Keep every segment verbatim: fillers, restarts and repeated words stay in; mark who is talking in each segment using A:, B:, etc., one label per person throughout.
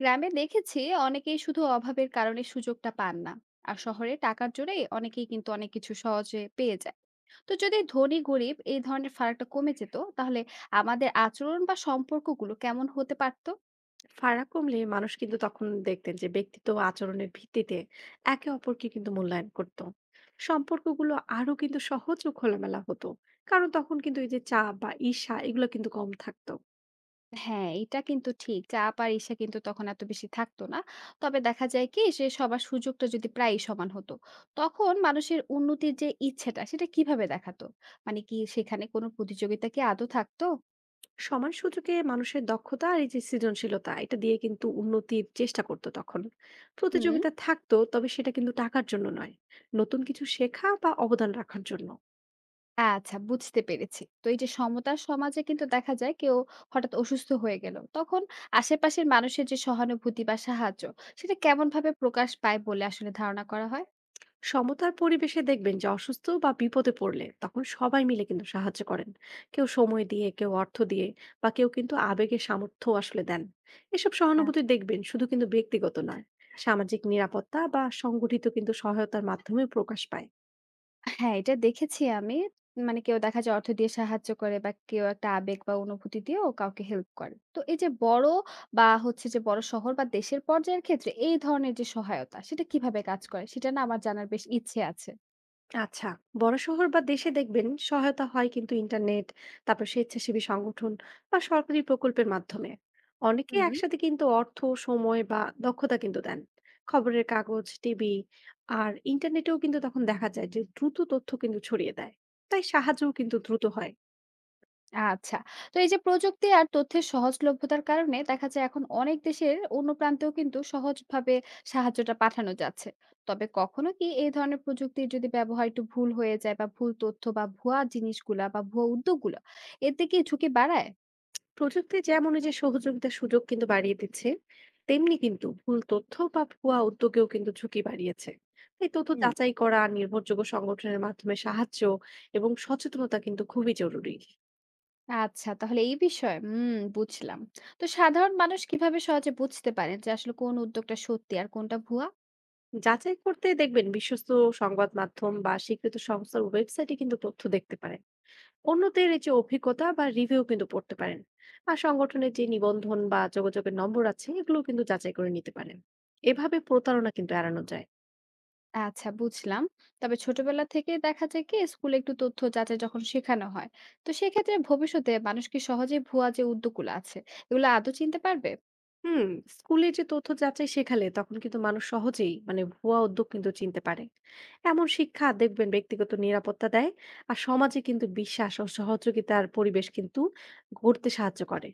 A: গ্রামে দেখেছি অনেকেই শুধু অভাবের কারণে সুযোগটা পান না। আর শহরে টাকার জোরে অনেকেই কিন্তু অনেক কিছু সহজে পেয়ে যায়। তো যদি ধনী গরিব এই ধরনের ফারাকটা কমে যেত তাহলে আমাদের আচরণ বা সম্পর্কগুলো কেমন হতে পারতো?
B: ফারাক কমলে মানুষ কিন্তু তখন দেখতেন যে ব্যক্তিত্ব ও আচরণের ভিত্তিতে একে অপরকে কিন্তু মূল্যায়ন করত। সম্পর্কগুলো আরো কিন্তু সহজ ও খোলামেলা হতো, কারণ তখন কিন্তু এই যে চাপ বা ঈর্ষা এগুলো কিন্তু কম থাকতো।
A: হ্যাঁ, এটা কিন্তু ঠিক, চাপ আর ঈর্ষা কিন্তু তখন এত বেশি থাকতো না। তবে দেখা যায় কি সে সবার সুযোগটা যদি প্রায় সমান হতো, তখন মানুষের উন্নতির যে ইচ্ছেটা সেটা কিভাবে দেখাতো? মানে কি সেখানে কোনো প্রতিযোগিতা কি আদৌ থাকতো?
B: সমান সুযোগে মানুষের দক্ষতা আর এই যে সৃজনশীলতা এটা দিয়ে কিন্তু উন্নতির চেষ্টা করতো তখন।
A: হুম।
B: প্রতিযোগিতা থাকতো, তবে সেটা কিন্তু টাকার জন্য নয়, নতুন কিছু শেখা বা অবদান রাখার জন্য।
A: আচ্ছা, বুঝতে পেরেছি। তো এই যে সমতার সমাজে কিন্তু দেখা যায় কেউ হঠাৎ অসুস্থ হয়ে গেল। তখন আশেপাশের মানুষের যে সহানুভূতি বা সাহায্য সেটা কেমনভাবে প্রকাশ পায় বলে আসলে ধারণা করা হয়?
B: সমতার পরিবেশে দেখবেন যে অসুস্থ বা বিপদে পড়লে তখন সবাই মিলে কিন্তু সাহায্য করেন। কেউ সময় দিয়ে, কেউ অর্থ দিয়ে, বা কেউ কিন্তু আবেগে সামর্থ্য আসলে দেন। এসব
A: হ্যাঁ।
B: সহানুভূতি দেখবেন শুধু কিন্তু ব্যক্তিগত নয়, সামাজিক নিরাপত্তা বা সংগঠিত কিন্তু সহায়তার মাধ্যমে প্রকাশ পায়।
A: হ্যাঁ, এটা দেখেছি আমি। মানে কেউ দেখা যায় অর্থ দিয়ে সাহায্য করে বা কেউ একটা আবেগ বা অনুভূতি দিয়েও কাউকে হেল্প করে। তো এই যে বড় বা হচ্ছে যে বড় শহর বা দেশের পর্যায়ের ক্ষেত্রে এই ধরনের যে সহায়তা সেটা কিভাবে কাজ করে সেটা না আমার জানার বেশ ইচ্ছে আছে।
B: আচ্ছা, বড় শহর বা দেশে দেখবেন সহায়তা হয় কিন্তু ইন্টারনেট, তারপর স্বেচ্ছাসেবী সংগঠন বা সরকারি প্রকল্পের মাধ্যমে। অনেকে
A: হুম।
B: একসাথে কিন্তু অর্থ, সময় বা দক্ষতা কিন্তু দেন। খবরের কাগজ, টিভি আর ইন্টারনেটেও কিন্তু তখন দেখা যায় যে দ্রুত তথ্য কিন্তু ছড়িয়ে দেয়, তাই সাহায্যও কিন্তু দ্রুত হয়।
A: আচ্ছা। তো এই যে প্রযুক্তি আর তথ্যের সহজলভ্যতার কারণে দেখা যায় এখন অনেক দেশের অন্য প্রান্তেও কিন্তু সহজভাবে সাহায্যটা পাঠানো যাচ্ছে। তবে কখনো কি এই ধরনের প্রযুক্তির যদি ব্যবহার একটু ভুল হয়ে যায় বা ভুল তথ্য বা ভুয়া জিনিসগুলা বা ভুয়া উদ্যোগগুলা এতে কি ঝুঁকি বাড়ায়?
B: প্রযুক্তি যেমন এই যে সহযোগিতার সুযোগ কিন্তু বাড়িয়ে দিচ্ছে, তেমনি কিন্তু ভুল তথ্য বা ভুয়া উদ্যোগেও কিন্তু ঝুঁকি বাড়িয়েছে। তাই তথ্য
A: হুম।
B: যাচাই করা, নির্ভরযোগ্য সংগঠনের মাধ্যমে সাহায্য এবং সচেতনতা কিন্তু খুবই জরুরি।
A: আচ্ছা, তাহলে এই বিষয়। হুম, বুঝলাম। তো সাধারণ মানুষ কিভাবে সহজে বুঝতে পারেন যে আসলে কোন উদ্যোগটা সত্যি আর কোনটা ভুয়া?
B: যাচাই করতে দেখবেন বিশ্বস্ত সংবাদ মাধ্যম বা স্বীকৃত সংস্থার ওয়েবসাইটে কিন্তু তথ্য দেখতে পারেন। অন্যদের এই যে অভিজ্ঞতা বা রিভিউ কিন্তু পড়তে পারেন। আর সংগঠনের যে নিবন্ধন বা যোগাযোগের নম্বর আছে এগুলো কিন্তু যাচাই করে নিতে পারেন। এভাবে প্রতারণা কিন্তু এড়ানো যায়।
A: আচ্ছা, বুঝলাম। তবে ছোটবেলা থেকে দেখা যায় কি স্কুলে একটু তথ্য যাচাই যখন শেখানো হয়, তো সেক্ষেত্রে ভবিষ্যতে মানুষ কি সহজে ভুয়া যে উদ্যোগগুলো আছে এগুলো আদৌ চিনতে পারবে?
B: হুম। স্কুলে যে তথ্য যাচাই শেখালে তখন কিন্তু মানুষ সহজেই মানে ভুয়া উদ্যোগ কিন্তু চিনতে পারে। এমন শিক্ষা দেখবেন ব্যক্তিগত নিরাপত্তা দেয়, আর সমাজে কিন্তু বিশ্বাস ও সহযোগিতার পরিবেশ কিন্তু গড়তে সাহায্য করে।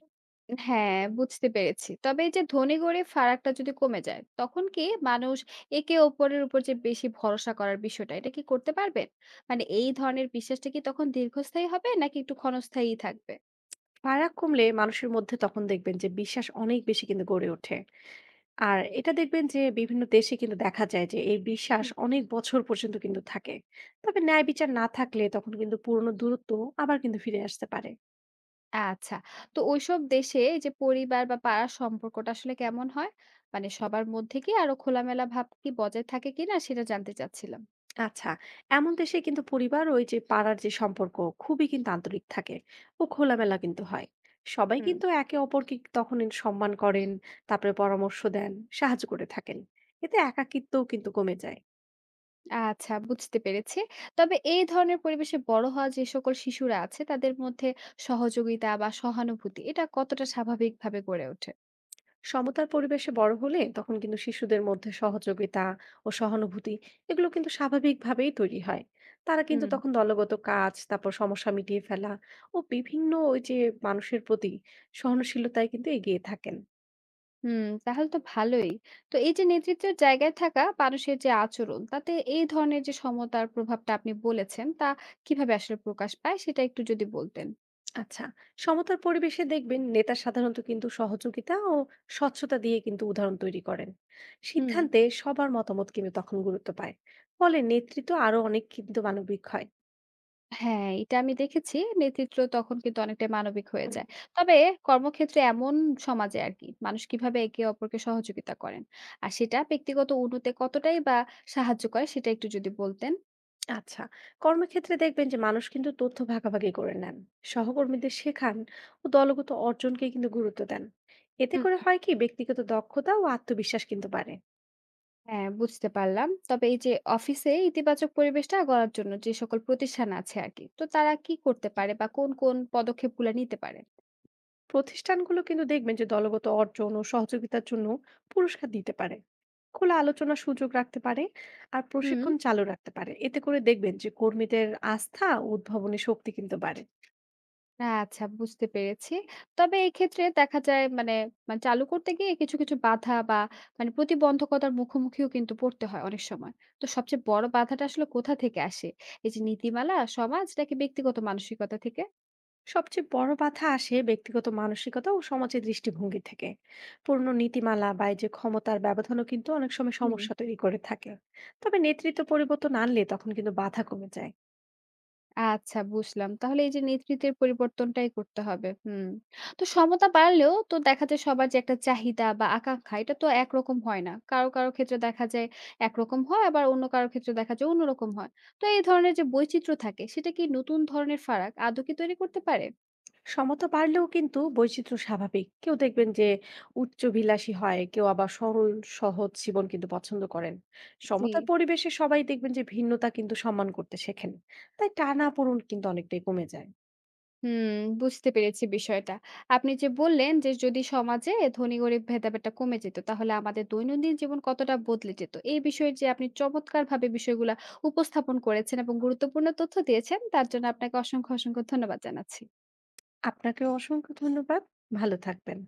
A: হ্যাঁ, বুঝতে পেরেছি। তবে এই যে ধনী গরিব ফারাকটা যদি কমে যায়, তখন কি মানুষ একে অপরের উপর যে বেশি ভরসা করার বিষয়টা এটা কি করতে পারবেন? মানে এই ধরনের বিশ্বাসটা কি তখন দীর্ঘস্থায়ী হবে নাকি একটু ক্ষণস্থায়ী থাকবে?
B: ফারাক কমলে মানুষের মধ্যে তখন দেখবেন যে বিশ্বাস অনেক বেশি কিন্তু গড়ে ওঠে। আর এটা দেখবেন যে বিভিন্ন দেশে কিন্তু দেখা যায় যে এই বিশ্বাস অনেক বছর পর্যন্ত কিন্তু থাকে। তবে ন্যায় বিচার না থাকলে তখন কিন্তু পুরনো দূরত্ব আবার কিন্তু ফিরে আসতে পারে।
A: আচ্ছা। তো ঐসব দেশে এই যে পরিবার বা পাড়ার সম্পর্কটা আসলে কেমন হয়? মানে সবার মধ্যে কি আরো খোলামেলা ভাব কি বজায় থাকে কিনা সেটা জানতে চাচ্ছিলাম।
B: আচ্ছা, এমন দেশে কিন্তু পরিবার, ওই যে পাড়ার যে সম্পর্ক, খুবই কিন্তু আন্তরিক থাকে ও খোলামেলা কিন্তু হয়। সবাই
A: হুম।
B: কিন্তু একে অপরকে তখন সম্মান করেন, তারপরে পরামর্শ দেন, সাহায্য করে থাকেন। এতে একাকিত্বও কিন্তু কমে যায়।
A: আচ্ছা, বুঝতে পেরেছি। তবে এই ধরনের পরিবেশে বড় হওয়া যে সকল শিশুরা আছে তাদের মধ্যে সহযোগিতা বা সহানুভূতি এটা কতটা স্বাভাবিকভাবে গড়ে ওঠে?
B: সমতার পরিবেশে বড় হলে তখন কিন্তু শিশুদের মধ্যে সহযোগিতা ও সহানুভূতি এগুলো কিন্তু স্বাভাবিকভাবেই তৈরি হয়। তারা কিন্তু
A: হুম।
B: তখন দলগত কাজ, তারপর সমস্যা মিটিয়ে ফেলা ও বিভিন্ন ওই যে মানুষের প্রতি সহনশীলতায় কিন্তু এগিয়ে থাকেন।
A: হুম, তাহলে তো ভালোই। তো এই যে নেতৃত্বের জায়গায় থাকা মানুষের যে আচরণ তাতে এই ধরনের যে সমতার প্রভাবটা আপনি বলেছেন তা কিভাবে আসলে প্রকাশ পায় সেটা একটু যদি বলতেন?
B: আচ্ছা, সমতার পরিবেশে দেখবেন নেতা সাধারণত কিন্তু সহযোগিতা ও স্বচ্ছতা দিয়ে কিন্তু উদাহরণ তৈরি করেন।
A: হুম।
B: সিদ্ধান্তে সবার মতামত কিন্তু তখন গুরুত্ব পায়। ফলে নেতৃত্ব আরো অনেক কিন্তু মানবিক হয়।
A: হ্যাঁ, এটা আমি দেখেছি। নেতৃত্ব তখন কিন্তু অনেকটাই মানবিক হয়ে যায়। তবে কর্মক্ষেত্রে এমন সমাজে আরকি মানুষ কিভাবে একে অপরকে সহযোগিতা করেন? আর সেটা ব্যক্তিগত উন্নতি কতটাই বা সাহায্য করে সেটা একটু যদি বলতেন।
B: আচ্ছা, কর্মক্ষেত্রে দেখবেন যে মানুষ কিন্তু তথ্য ভাগাভাগি করে নেন, সহকর্মীদের শেখান ও দলগত অর্জনকে কিন্তু গুরুত্ব দেন। এতে
A: হুম।
B: করে হয় কি ব্যক্তিগত দক্ষতা ও আত্মবিশ্বাস কিন্তু বাড়ে।
A: হ্যাঁ, বুঝতে পারলাম। তবে এই যে অফিসে ইতিবাচক পরিবেশটা গড়ার জন্য যে সকল প্রতিষ্ঠান আছে আরকি, তো তারা কি করতে পারে বা কোন, কোন পদক্ষেপগুলা নিতে পারে?
B: প্রতিষ্ঠানগুলো কিন্তু দেখবেন যে দলগত অর্জন ও সহযোগিতার জন্য পুরস্কার দিতে পারে, খোলা আলোচনার সুযোগ রাখতে পারে, আর
A: হুম।
B: প্রশিক্ষণ চালু রাখতে পারে। এতে করে দেখবেন যে কর্মীদের আস্থা ও উদ্ভাবনী শক্তি কিন্তু বাড়ে।
A: আচ্ছা, বুঝতে পেরেছি। তবে এক্ষেত্রে দেখা যায় মানে, মানে চালু করতে গিয়ে কিছু, কিছু বাধা বা মানে প্রতিবন্ধকতার মুখোমুখিও কিন্তু পড়তে হয় অনেক সময়। তো সবচেয়ে বড় বাধাটা আসলে কোথা থেকে আসে? এই যে নীতিমালা, সমাজ নাকি ব্যক্তিগত মানসিকতা থেকে?
B: সবচেয়ে বড় বাধা আসে ব্যক্তিগত মানসিকতা ও সমাজের দৃষ্টিভঙ্গি থেকে। পুরনো নীতিমালা বা এই যে ক্ষমতার ব্যবধানও কিন্তু অনেক সময়
A: হুম।
B: সমস্যা তৈরি করে থাকে। তবে নেতৃত্ব পরিবর্তন আনলে তখন কিন্তু বাধা কমে যায়।
A: আচ্ছা, বুঝলাম। তাহলে এই যে নেতৃত্বের পরিবর্তনটাই করতে হবে। হুম। তো সমতা বাড়লেও তো দেখা যায় সবার যে একটা চাহিদা বা আকাঙ্খা এটা তো একরকম হয় না। কারো, কারো ক্ষেত্রে দেখা যায় একরকম হয় আবার অন্য কারো ক্ষেত্রে দেখা যায় অন্যরকম হয়। তো এই ধরনের যে বৈচিত্র্য থাকে সেটা কি নতুন ধরনের ফারাক আদৌ কি তৈরি করতে পারে?
B: সমতা বাড়লেও কিন্তু বৈচিত্র্য স্বাভাবিক। কেউ দেখবেন যে উচ্চভিলাষী হয়, কেউ আবার সরল সহজ জীবন কিন্তু পছন্দ করেন।
A: জি।
B: সমতার পরিবেশে সবাই দেখবেন যে ভিন্নতা কিন্তু সম্মান করতে শেখেন। তাই টানাপোড়েন কিন্তু অনেকটাই কমে যায়।
A: হুম, বুঝতে পেরেছি বিষয়টা। আপনি যে বললেন যে যদি সমাজে ধনী গরিব ভেদাভেদটা কমে যেত তাহলে আমাদের দৈনন্দিন জীবন কতটা বদলে যেত। এই বিষয়ে যে আপনি চমৎকারভাবে বিষয়গুলা উপস্থাপন করেছেন এবং গুরুত্বপূর্ণ তথ্য দিয়েছেন তার জন্য আপনাকে অসংখ্য, অসংখ্য ধন্যবাদ জানাচ্ছি।
B: আপনাকেও অসংখ্য ধন্যবাদ। ভালো থাকবেন।